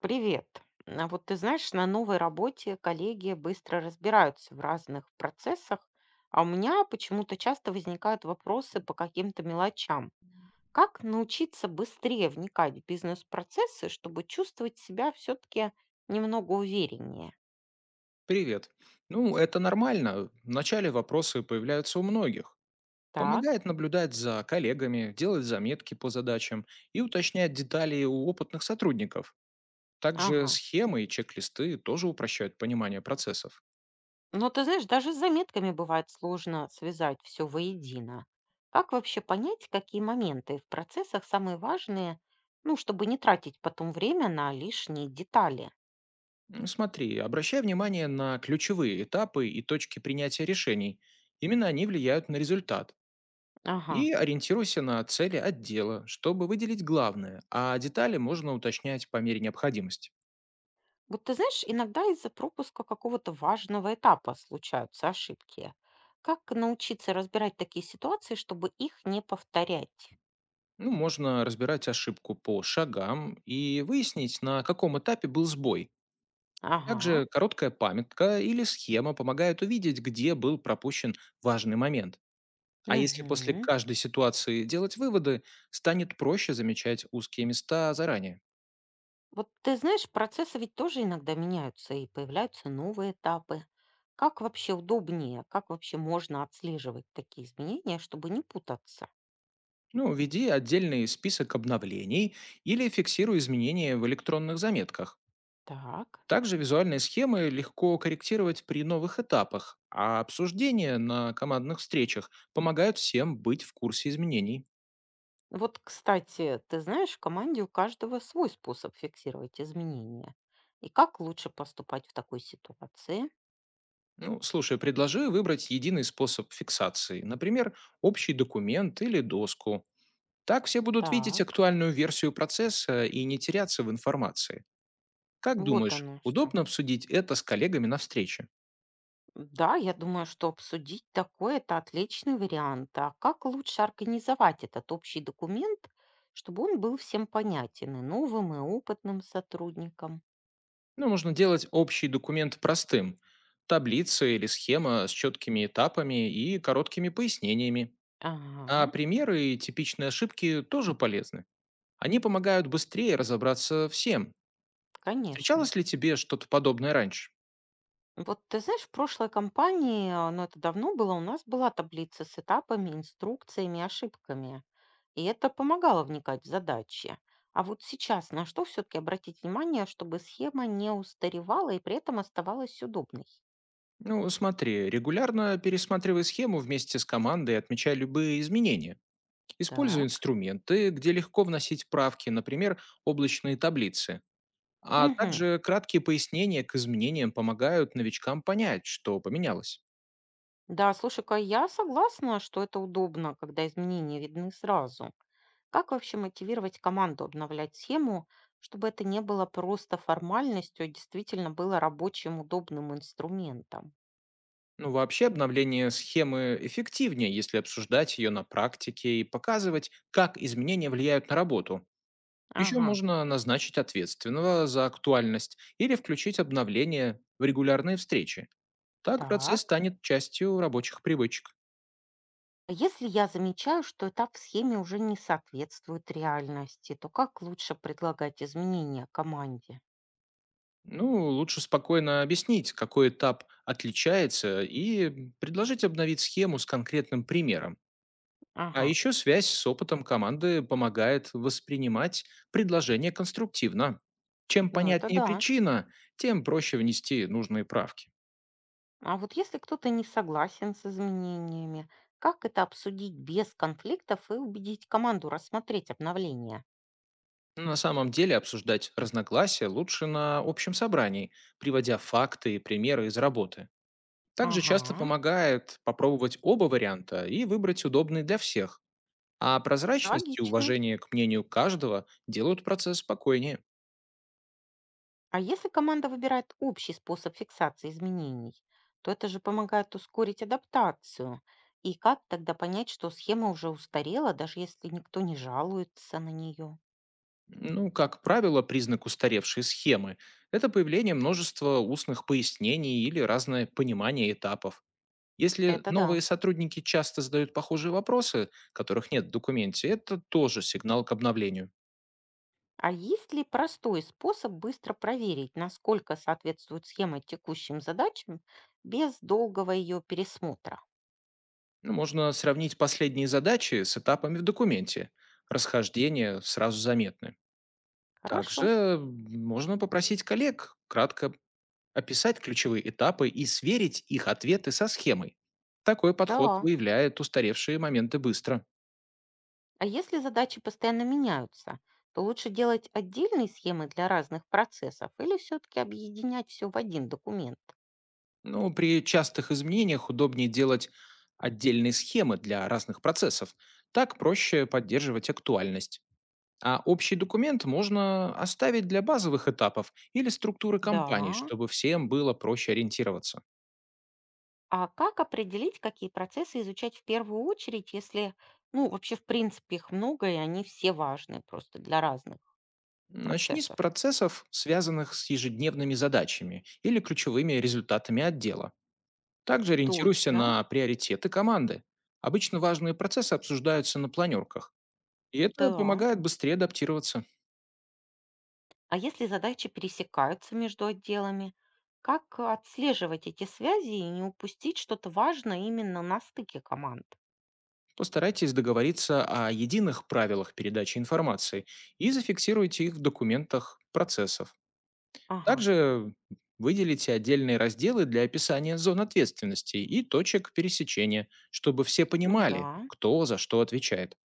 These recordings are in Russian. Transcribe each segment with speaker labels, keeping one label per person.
Speaker 1: Привет. А вот ты знаешь, на новой работе коллеги быстро разбираются в разных процессах, а у меня почему-то часто возникают вопросы по каким-то мелочам. Как научиться быстрее вникать в бизнес-процессы, чтобы чувствовать себя все-таки немного увереннее?
Speaker 2: Привет. Ну, это нормально. Вначале вопросы появляются у многих.
Speaker 1: Так,
Speaker 2: Помогает наблюдать за коллегами, делать заметки по задачам и уточнять детали у опытных сотрудников. Также
Speaker 1: ага.
Speaker 2: схемы и чек-листы тоже упрощают понимание процессов.
Speaker 1: Но ты знаешь, даже с заметками бывает сложно связать все воедино. Как вообще понять, какие моменты в процессах самые важные, ну, чтобы не тратить потом время на лишние детали?
Speaker 2: Смотри, обращай внимание на ключевые этапы и точки принятия решений. Именно они влияют на результат.
Speaker 1: Ага.
Speaker 2: И ориентируйся на цели отдела, чтобы выделить главное, а детали можно уточнять по мере необходимости.
Speaker 1: Вот ты знаешь, иногда из-за пропуска какого-то важного этапа случаются ошибки. Как научиться разбирать такие ситуации, чтобы их не повторять?
Speaker 2: Ну, можно разбирать ошибку по шагам и выяснить, на каком этапе был сбой.
Speaker 1: Ага.
Speaker 2: Также короткая памятка или схема помогает увидеть, где был пропущен важный момент. А если после
Speaker 1: Угу.
Speaker 2: каждой ситуации делать выводы, станет проще замечать узкие места заранее.
Speaker 1: Вот ты знаешь, процессы ведь тоже иногда меняются и появляются новые этапы. Как вообще удобнее, как вообще можно отслеживать такие изменения, чтобы не путаться?
Speaker 2: Ну, веди отдельный список обновлений или фиксируй изменения в электронных заметках.
Speaker 1: Так.
Speaker 2: Также визуальные схемы легко корректировать при новых этапах, а обсуждения на командных встречах помогают всем быть в курсе изменений.
Speaker 1: Вот, кстати, ты знаешь, в команде у каждого свой способ фиксировать изменения. И как лучше поступать в такой ситуации?
Speaker 2: Ну, слушай, предложи выбрать единый способ фиксации, например, общий документ или доску. Так все будут видеть
Speaker 1: Так.
Speaker 2: актуальную версию процесса и не теряться в информации. Как
Speaker 1: Вот
Speaker 2: думаешь,
Speaker 1: оно что.
Speaker 2: удобно обсудить это с коллегами на встрече?
Speaker 1: Да, я думаю, что обсудить такое — это отличный вариант. А как лучше организовать этот общий документ, чтобы он был всем понятен и новым, и опытным сотрудникам?
Speaker 2: Ну, можно делать общий документ простым– таблица или схема с четкими этапами и короткими пояснениями. А
Speaker 1: Ага,
Speaker 2: примеры и типичные ошибки тоже полезны. Они помогают быстрее разобраться всем.
Speaker 1: конечно.
Speaker 2: Встречалось ли тебе что-то подобное раньше?
Speaker 1: Вот ты знаешь, в прошлой компании, а, но это давно было, у нас была таблица с этапами, инструкциями, ошибками. И это помогало вникать в задачи. А вот сейчас на что все-таки обратить внимание, чтобы схема не устаревала и при этом оставалась удобной?
Speaker 2: Ну, смотри, регулярно пересматривай схему вместе с командой и отмечай любые изменения. Используй
Speaker 1: Так.
Speaker 2: инструменты, где легко вносить правки, например, облачные таблицы. А
Speaker 1: Мгм.
Speaker 2: также краткие пояснения к изменениям помогают новичкам понять, что поменялось.
Speaker 1: Да, слушай-ка, я согласна, что это удобно, когда изменения видны сразу. Как вообще мотивировать команду обновлять схему, чтобы это не было просто формальностью, а действительно было рабочим удобным инструментом?
Speaker 2: Ну, вообще обновление схемы эффективнее, если обсуждать ее на практике и показывать, как изменения влияют на работу. Еще
Speaker 1: Ага,
Speaker 2: можно назначить ответственного за актуальность или включить обновление в регулярные встречи. Так процесс
Speaker 1: так.
Speaker 2: станет частью рабочих привычек.
Speaker 1: А если я замечаю, что этап в схеме уже не соответствует реальности, то как лучше предлагать изменения команде?
Speaker 2: Ну, лучше спокойно объяснить, какой этап отличается, и предложить обновить схему с конкретным примером. А
Speaker 1: Ага,
Speaker 2: еще связь с опытом команды помогает воспринимать предложение конструктивно. Чем
Speaker 1: ну это
Speaker 2: понятнее
Speaker 1: да.
Speaker 2: причина, тем проще внести нужные правки.
Speaker 1: А вот если кто-то не согласен с изменениями, как это обсудить без конфликтов и убедить команду рассмотреть обновление?
Speaker 2: На самом деле обсуждать разногласия лучше на общем собрании, приводя факты и примеры из работы. Также часто
Speaker 1: Ага,
Speaker 2: помогает попробовать оба варианта и выбрать удобный для всех. А прозрачность и
Speaker 1: логично.
Speaker 2: уважение к мнению каждого делают процесс спокойнее.
Speaker 1: А если команда выбирает общий способ фиксации изменений, то это же помогает ускорить адаптацию. И как тогда понять, что схема уже устарела, даже если никто не жалуется на нее?
Speaker 2: Ну, как правило, признак устаревшей схемы– это появление множества устных пояснений или разное понимание этапов. Если
Speaker 1: Это
Speaker 2: новые
Speaker 1: да.
Speaker 2: сотрудники часто задают похожие вопросы, которых нет в документе, это тоже сигнал к обновлению.
Speaker 1: А есть ли простой способ быстро проверить, насколько соответствует схема текущим задачам, без долгого ее пересмотра?
Speaker 2: Ну, можно сравнить последние задачи с этапами в документе. Расхождения сразу заметны.
Speaker 1: Хорошо,
Speaker 2: Также можно попросить коллег кратко описать ключевые этапы и сверить их ответы со схемой. Такой подход
Speaker 1: да.
Speaker 2: выявляет устаревшие моменты быстро.
Speaker 1: А если задачи постоянно меняются, то лучше делать отдельные схемы для разных процессов или все-таки объединять все в один документ?
Speaker 2: Но при частых изменениях удобнее делать отдельные схемы для разных процессов. Так проще поддерживать актуальность. А общий документ можно оставить для базовых этапов или структуры компаний,
Speaker 1: Да.
Speaker 2: чтобы всем было проще ориентироваться.
Speaker 1: А как определить, какие процессы изучать в первую очередь, если, ну, вообще, в принципе, их много, и они все важны просто для разных
Speaker 2: Начни с
Speaker 1: процессов?
Speaker 2: процессов, связанных с ежедневными задачами или ключевыми результатами отдела. Также ориентируйся
Speaker 1: Точно,
Speaker 2: на приоритеты команды. Обычно важные процессы обсуждаются на планерках, и это
Speaker 1: да.
Speaker 2: помогает быстрее адаптироваться.
Speaker 1: А если задачи пересекаются между отделами, как отслеживать эти связи и не упустить что-то важное именно на стыке команд?
Speaker 2: Постарайтесь договориться о единых правилах передачи информации и зафиксируйте их в документах процессов.
Speaker 1: Ага,
Speaker 2: Также выделите отдельные разделы для описания зон ответственности и точек пересечения, чтобы все
Speaker 1: ну да.
Speaker 2: понимали, кто за что отвечает.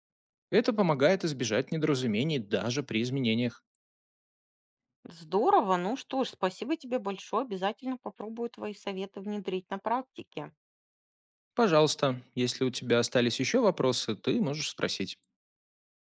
Speaker 2: Это помогает избежать недоразумений даже при изменениях.
Speaker 1: Здорово. Ну что ж, спасибо тебе большое. Обязательно попробую твои советы внедрить на практике.
Speaker 2: Пожалуйста, если у тебя остались еще вопросы, ты можешь спросить.